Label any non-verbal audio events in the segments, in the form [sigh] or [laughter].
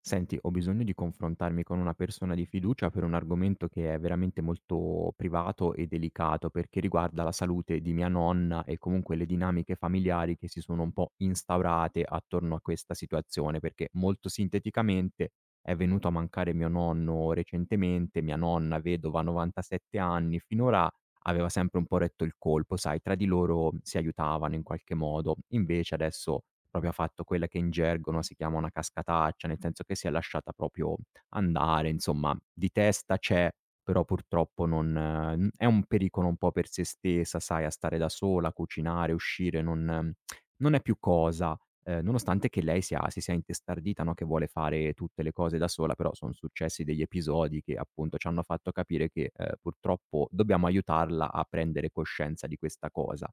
Senti, ho bisogno di confrontarmi con una persona di fiducia per un argomento che è veramente molto privato e delicato, perché riguarda la salute di mia nonna e comunque le dinamiche familiari che si sono un po' instaurate attorno a questa situazione, perché molto sinteticamente è venuto a mancare mio nonno recentemente, mia nonna vedova 97 anni, finora aveva sempre un po' retto il colpo, sai, tra di loro si aiutavano in qualche modo. Invece adesso proprio ha fatto quella che in gergo, no, si chiama una cascataccia, nel senso che si è lasciata proprio andare, insomma, di testa c'è, però purtroppo non n è un pericolo un po' per se stessa, sai, a stare da sola, a cucinare, uscire, non è più cosa. Nonostante che lei sia si sia intestardita, no, che vuole fare tutte le cose da sola, però son successi degli episodi che appunto ci hanno fatto capire che, purtroppo dobbiamo aiutarla a prendere coscienza di questa cosa.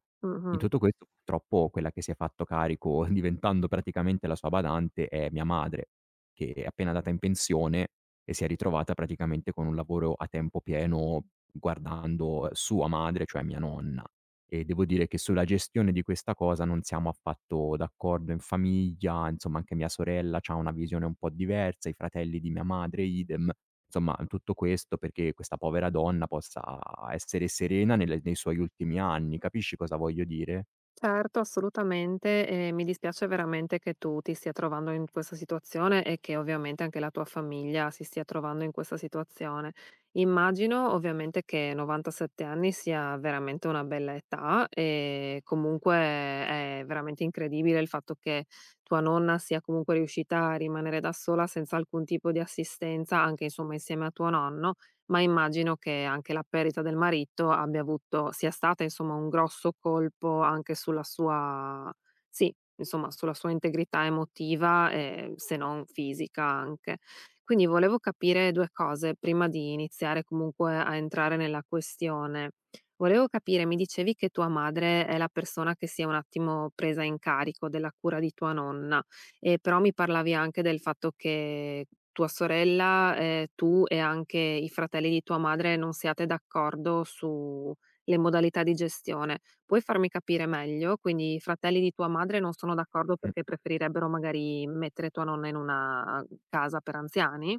In Mh-mh. tutto questo purtroppo quella che si è fatto carico [laughs] diventando praticamente la sua badante è mia madre, che è appena andata in pensione e si è ritrovata praticamente con un lavoro a tempo pieno guardando sua madre, cioè mia nonna. E devo dire che sulla gestione di questa cosa non siamo affatto d'accordo in famiglia, insomma anche mia sorella c'ha una visione un po' diversa, i fratelli di mia madre idem. Insomma, tutto questo perché questa povera donna possa essere serena nelle nei suoi ultimi anni, capisci cosa voglio dire? Certo, assolutamente, e mi dispiace veramente che tu ti stia trovando in questa situazione e che ovviamente anche la tua famiglia si stia trovando in questa situazione. Immagino ovviamente che 97 anni sia veramente una bella età e comunque è veramente incredibile il fatto che tua nonna sia comunque riuscita a rimanere da sola senza alcun tipo di assistenza, anche insomma insieme a tuo nonno. Ma immagino che anche la perdita del marito abbia avuto sia stata insomma un grosso colpo anche sulla sua sì, insomma sulla sua integrità emotiva, se non fisica anche. Quindi volevo capire 2 cose prima di iniziare comunque a entrare nella questione. Volevo capire, mi dicevi che tua madre è la persona che si è un attimo presa in carico della cura di tua nonna. Però mi parlavi anche del fatto che tua sorella, tu e anche i fratelli di tua madre non siate d'accordo sulle modalità di gestione. Puoi farmi capire meglio? Quindi i fratelli di tua madre non sono d'accordo perché preferirebbero magari mettere tua nonna in una casa per anziani?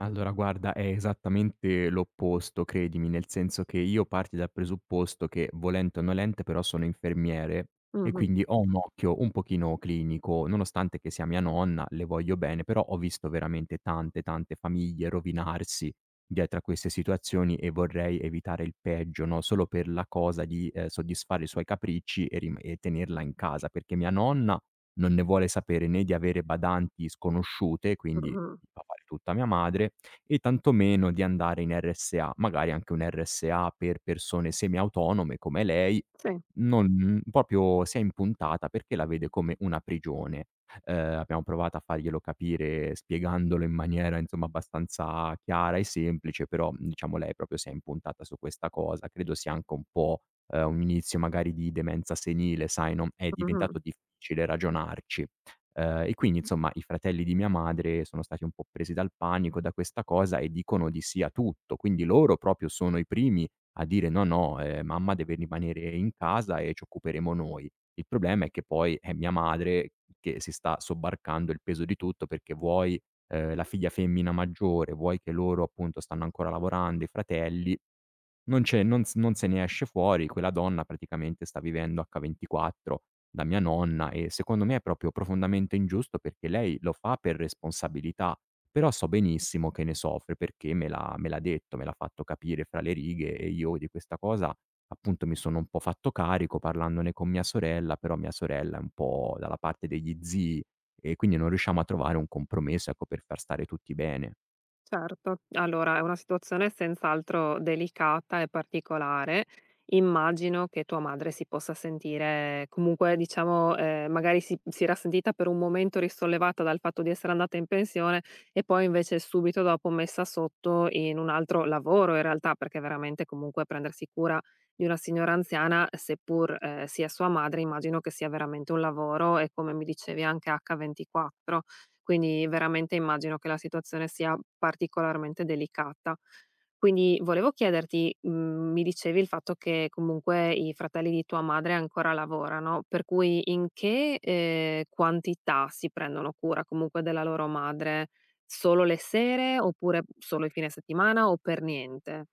Allora guarda, è esattamente l'opposto credimi, nel senso che io parti dal presupposto che, volente o nolente, però sono infermiere e Mh-mh, quindi ho un occhio un pochino clinico, nonostante che sia mia nonna, le voglio bene, però ho visto veramente tante, tante famiglie rovinarsi dietro a queste situazioni e vorrei evitare il peggio, no, solo per la cosa di, soddisfare i suoi capricci e rim e tenerla in casa, perché mia nonna non ne vuole sapere né di avere badanti sconosciute, quindi mh-mh, a fare tutta mia madre e tantomeno di andare in RSA, magari anche un RSA per persone semiautonome come lei, sì, non mm, proprio si è impuntata perché la vede come una prigione. Abbiamo provato a farglielo capire spiegandolo in maniera, insomma, abbastanza chiara e semplice, però, diciamo lei proprio si è impuntata su questa cosa. Credo sia anche un po', un inizio magari di demenza senile, sai, non è mh-mh. diventato difficile ragionarci. E quindi insomma i fratelli di mia madre sono stati un po' presi dal panico da questa cosa e dicono di sì a tutto. Quindi loro proprio sono i primi a dire: "No, no, mamma deve rimanere in casa e ci occuperemo noi". Il problema è che poi è mia madre che si sta sobbarcando il peso di tutto perché vuoi, la figlia femmina maggiore, vuoi che loro appunto stanno ancora lavorando, i fratelli non c'è non s non se ne esce fuori, quella donna praticamente sta vivendo H24 da mia nonna e secondo me è proprio profondamente ingiusto perché lei lo fa per responsabilità, però so benissimo che ne soffre perché me l'ha detto, me l'ha fatto capire fra le righe e io di questa cosa, appunto, mi sono un po' fatto carico parlandone con mia sorella, però mia sorella è un po' dalla parte degli zii e quindi non riusciamo a trovare un compromesso, ecco, per far stare tutti bene. Certo. Allora, è una situazione senz'altro delicata e particolare. Immagino che tua madre si possa sentire comunque, diciamo, magari si era sentita per un momento risollevata dal fatto di essere andata in pensione e poi invece subito dopo messa sotto in un altro lavoro in realtà, perché veramente comunque prendersi cura di una signora anziana, seppur, sia sua madre, immagino che sia veramente un lavoro e come mi dicevi anche H24. Quindi veramente immagino che la situazione sia particolarmente delicata. Quindi volevo chiederti, mi dicevi il fatto che comunque i fratelli di tua madre ancora lavorano, per cui in che, quantità si prendono cura comunque della loro madre? Solo le sere, oppure solo i fine settimana o per niente?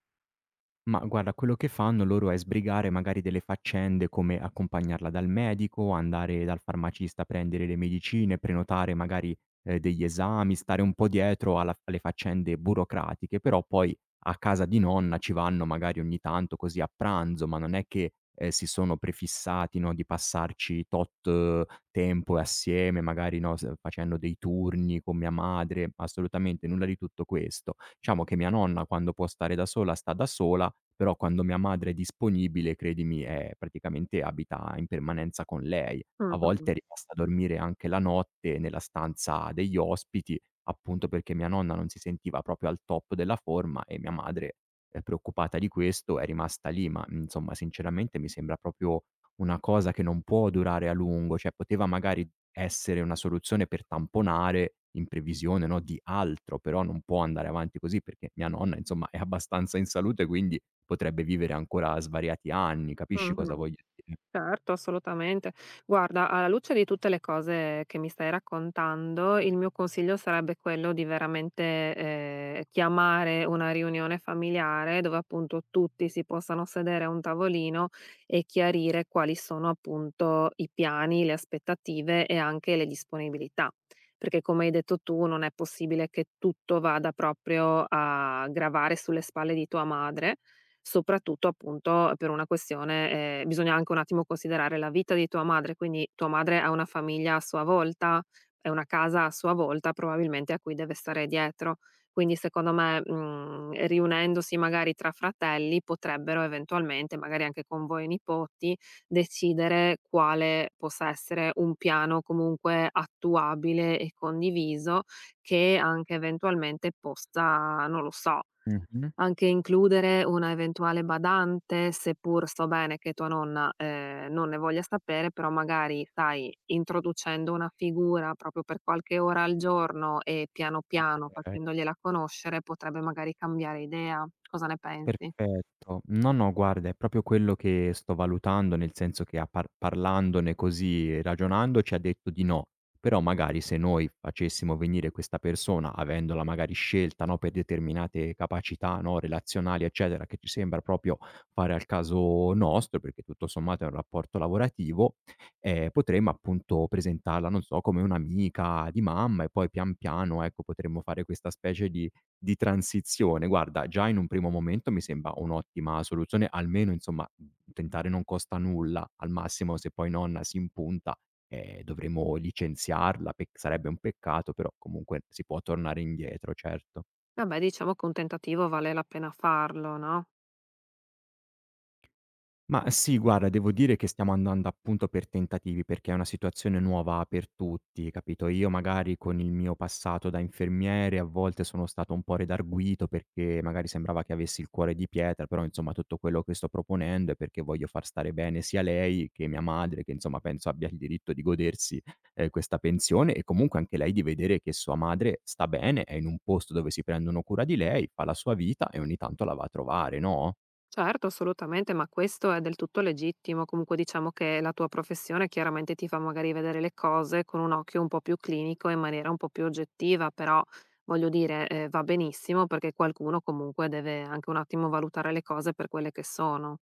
Ma guarda, quello che fanno loro è sbrigare magari delle faccende come accompagnarla dal medico, andare dal farmacista a prendere le medicine, prenotare magari degli esami, stare un po' dietro alle faccende burocratiche, però poi a casa di nonna ci vanno magari ogni tanto così a pranzo, ma non è che si sono prefissati no, di passarci tot tempo assieme, magari no, facendo dei turni con mia madre, assolutamente nulla di tutto questo. Diciamo che mia nonna quando può stare da sola sta da sola però quando mia madre è disponibile, credimi, è praticamente abita in permanenza con lei. A Mh-mh, volte è rimasta a dormire anche la notte nella stanza degli ospiti, appunto perché mia nonna non si sentiva proprio al top della forma e mia madre, preoccupata di questo, è rimasta lì, ma, insomma sinceramente mi sembra proprio una cosa che non può durare a lungo, cioè poteva magari essere una soluzione per tamponare in previsione, no, di altro, però non può andare avanti così perché mia nonna, insomma, è abbastanza in salute, quindi potrebbe vivere ancora svariati anni, capisci cosa mh-mh. voglio dire? Certo, assolutamente. Guarda, alla luce di tutte le cose che mi stai raccontando, il mio consiglio sarebbe quello di veramente chiamare una riunione familiare dove appunto tutti si possano sedere a un tavolino e chiarire quali sono appunto i piani, le aspettative e anche le disponibilità. Perché come hai detto tu, non è possibile che tutto vada proprio a gravare sulle spalle di tua madre soprattutto appunto per una questione bisogna anche un attimo considerare la vita di tua madre, quindi tua madre ha una famiglia a sua volta, è una casa a sua volta probabilmente a cui deve stare dietro. Quindi secondo me, riunendosi magari tra fratelli potrebbero eventualmente, magari anche con voi nipoti, decidere quale possa essere un piano comunque attuabile e condiviso che anche eventualmente possa, non lo so, Mh-mh, anche includere una eventuale badante, seppur so bene che tua nonna, non ne voglia sapere, però magari, sai, introducendo una figura proprio per qualche ora al giorno e piano piano okay. facendogliela conoscere, potrebbe magari cambiare idea. Cosa ne pensi? Perfetto. No, no, guarda, è proprio quello che sto valutando, nel senso che a par parlandone così, ragionando, ci ha detto di no. Però magari se noi facessimo venire questa persona, avendola magari scelta, no, per determinate capacità, no, relazionali, eccetera, che ci sembra proprio fare al caso nostro, perché tutto sommato è un rapporto lavorativo, potremmo appunto presentarla, non so, come un'amica di mamma e poi pian piano, ecco, potremmo fare questa specie di transizione. Guarda, già in un primo momento mi sembra un'ottima soluzione, almeno insomma, tentare non costa nulla, al massimo se poi nonna si impunta, dovremo licenziarla, pe sarebbe un peccato, però comunque si può tornare indietro, certo. Vabbè, diciamo che un tentativo vale la pena farlo, no? Ma sì, guarda, devo dire che stiamo andando appunto per tentativi, perché è una situazione nuova per tutti, capito? Io magari con il mio passato da infermiere a volte sono stato un po' redarguito perché magari sembrava che avessi il cuore di pietra, però insomma tutto quello che sto proponendo è perché voglio far stare bene sia lei che mia madre, che insomma penso abbia il diritto di godersi questa pensione e comunque anche lei di vedere che sua madre sta bene, è in un posto dove si prendono cura di lei, fa la sua vita e ogni tanto la va a trovare, no? Certo, assolutamente, ma questo è del tutto legittimo. Comunque diciamo che la tua professione chiaramente ti fa magari vedere le cose con un occhio un po' più clinico e in maniera un po' più oggettiva, però voglio dire, va benissimo perché qualcuno comunque deve anche un attimo valutare le cose per quelle che sono.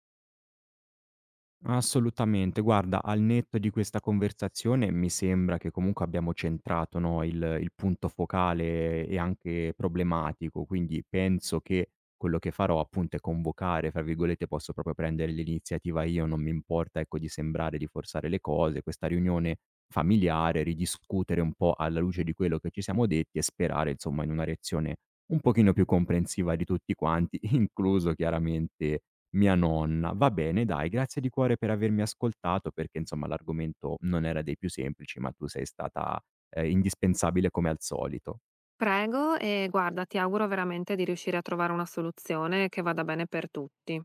Assolutamente. Guarda, al netto di questa conversazione mi sembra che comunque abbiamo centrato, no, il punto focale e anche problematico, quindi penso che quello che farò appunto è "convocare", fra virgolette, posso proprio prendere l'iniziativa io, non mi importa, ecco, di sembrare di forzare le cose, questa riunione familiare, ridiscutere un po' alla luce di quello che ci siamo detti e sperare insomma in una reazione un pochino più comprensiva di tutti quanti, [laughs] incluso chiaramente mia nonna. Va bene dai, grazie di cuore per avermi ascoltato perché insomma l'argomento non era dei più semplici, ma tu sei stata, indispensabile come al solito. Prego e guarda, ti auguro veramente di riuscire a trovare una soluzione che vada bene per tutti.